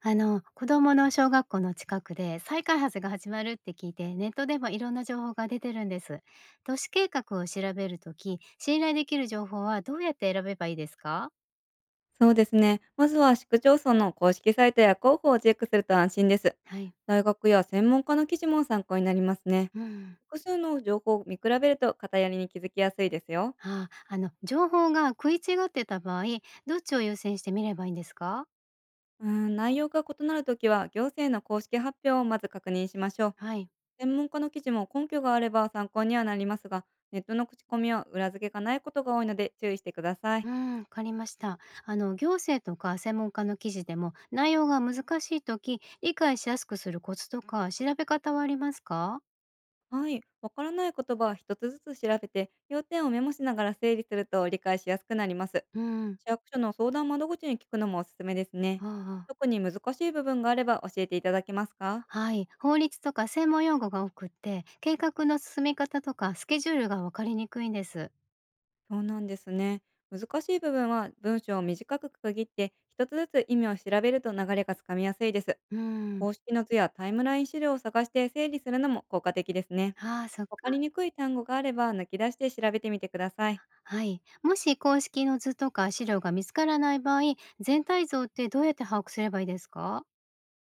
子供の小学校の近くで再開発が始まるって聞いて、ネットでもいろんな情報が出てるんです。都市計画を調べるとき、信頼できる情報はどうやって選べばいいですか？そうですね。まずは市区町村の公式サイトや広報をチェックすると安心です。はい。大学や専門家の記事も参考になりますね。うん。複数の情報を見比べると偏りに気づきやすいですよ。あ、情報が食い違ってた場合、どっちを優先してみればいいんですか？うーん、内容が異なるときは行政の公式発表をまず確認しましょう。はい。専門家の記事も根拠があれば参考にはなりますが、ネットの口コミは裏付けがないことが多いので注意してくださうい。ん、わかりました。行政とか専門家の記事でも内容が難しいとき、理解しやすくするコツとか調べ方はありますか？はい。わからない言葉は一つずつ調べて、要点をメモしながら整理すると理解しやすくなります。うん。市役所の相談窓口に聞くのもおすすめですね。ああああ。特に難しい部分があれば教えていただけますか？はい、法律とか専門用語が多くって、計画の進め方とかスケジュールが分かりにくいんです。そうなんですね。難しい部分は文章を短く区切って、一つずつ意味を調べると流れがつかみやすいです。うーん、公式の図やタイムライン資料を探して整理するのも効果的ですね。ああ、そっか。わかりにくい単語があれば抜き出して調べてみてください。はい。もし公式の図とか資料が見つからない場合、全体像ってどうやって把握すればいいですか？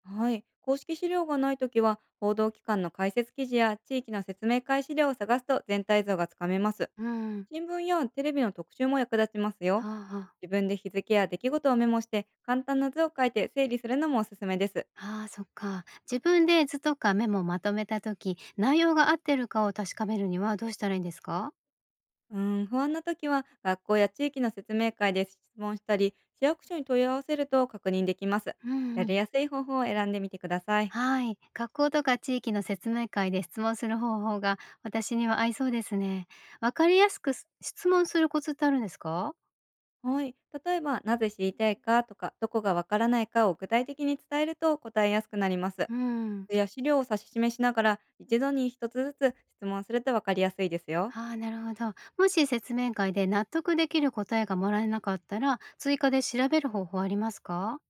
はい。公式資料がないときは、報道機関の解説記事や地域の説明会資料を探すと全体像がつかめます。うん。新聞やテレビの特集も役立ちますよ。あ自分で日付や出来事をメモして、簡単な図を書いて整理するのもおすすめです。あ、ああ、そっか。自分で図とかメモをまとめたとき、内容が合ってるかを確かめるにはどうしたらいいんですか？うーん、不安なときは、学校や地域の説明会で質問したり、市役所に問い合わせると確認できます。うんやうりん。やすい方法を選んでみてください。はい。学校とか地域の説明会で質問する方法が私には合いそうですね。わかりやすくす質問するコツってあるんですか？はい。例えば、なぜ知りたいかとか、どこがわからないかを具体的に伝えると答えやすくなります。うん。や資料を指し示しながら一度に一つずつ質問すると分かりやすいですよ。ああ、なるほど。もし説明会で納得できる答えがもらえなかったら、追加で調べる方法ありますか？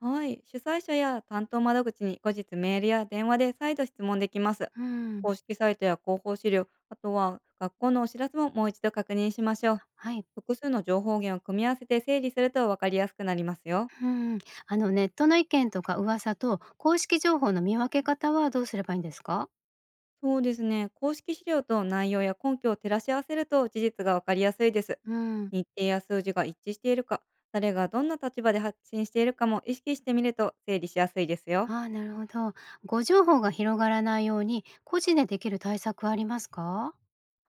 はい、主催者や担当窓口に後日メールや電話で再度質問できます。うん。公式サイトや広報資料、あとは学校のお知らせももう一度確認しましょう。はい。複数の情報源を組み合わせて整理すると分かりやすくなりますよ。うん。ネットの意見とか噂と公式情報の見分け方はどうすればいいんですか？そうですね。公式資料と内容や根拠を照らし合わせると事実がわかりやすいです。うん。日程や数字が一致しているか、誰がどんな立場で発信しているかも意識してみると整理しやすいですよ。ああ、なるほど。誤情報が広がらないように、個人でできる対策はありますか？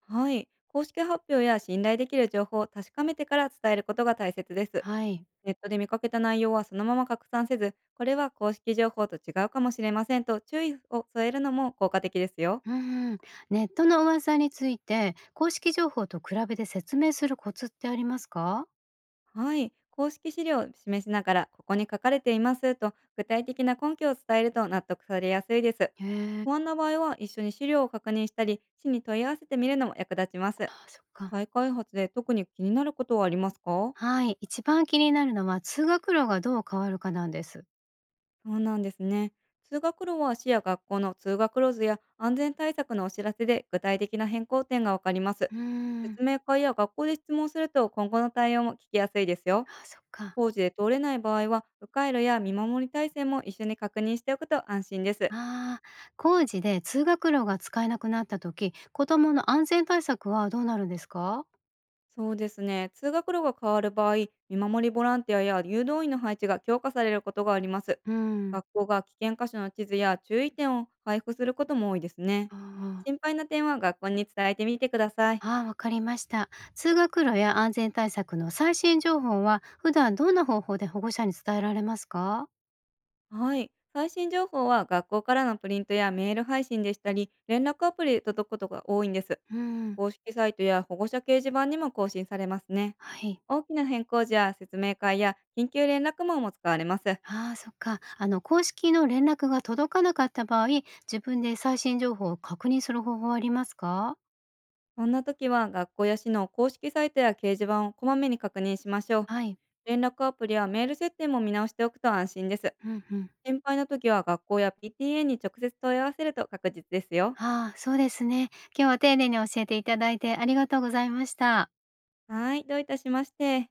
はい。公式発表や信頼できる情報を確かめてから伝えることが大切です。はい。ネットで見かけた内容はそのまま拡散せず、これは公式情報と違うかもしれませんと注意を添えるのも効果的ですよ。うんうん。ネットの噂について、公式情報と比べて説明するコツってありますか？はい。公式資料を示しながら、ここに書かれていますと、具体的な根拠を伝えると納得されやすいです。へえ。不安な場合は、一緒に資料を確認したり、市に問い合わせてみるのも役立ちます。あ、そっか。再開発で特に気になることはありますか？はい。一番気になるのは、通学路がどう変わるかなんです。そうなんですね。通学路は市や学校の通学路図や安全対策のお知らせで具体的な変更点がわかります。うーん。説明会や学校で質問すると今後の対応も聞きやすいですよ。あ、そっか。工事で通れない場合は、迂回路や見守り体制も一緒に確認しておくと安心です。ああ、工事で通学路が使えなくなった時、子供の安全対策はどうなるんですか？そうですね。通学路が変わる場合、見守りボランティアや誘導員の配置が強化されることがあります。うん。学校が危険箇所の地図や注意点を配布することも多いですね。あーあー、心配な点は学校に伝えてみてください。ああわかりました。通学路や安全対策の最新情報は、普段どんな方法で保護者に伝えられますか？はい。最新情報は学校からのプリントやメール配信でしたり、連絡アプリで届くことが多いんです。うん、公式サイトや保護者掲示板にも更新されますね。はい。大きな変更時や説明会や緊急連絡網も使われます。ああ、そっか。公式の連絡が届かなかった場合、自分で最新情報を確認する方法はありますか？そんな時は学校や市の公式サイトや掲示板をこまめに確認しましょう。はい。連絡アプリやメール設定も見直しておくと安心です。うんうん。心配な時は学校や PTA に直接問い合わせると確実ですよ。ああ、そうですね。今日は丁寧に教えていただいてありがとうございました。はい、どういたしまして。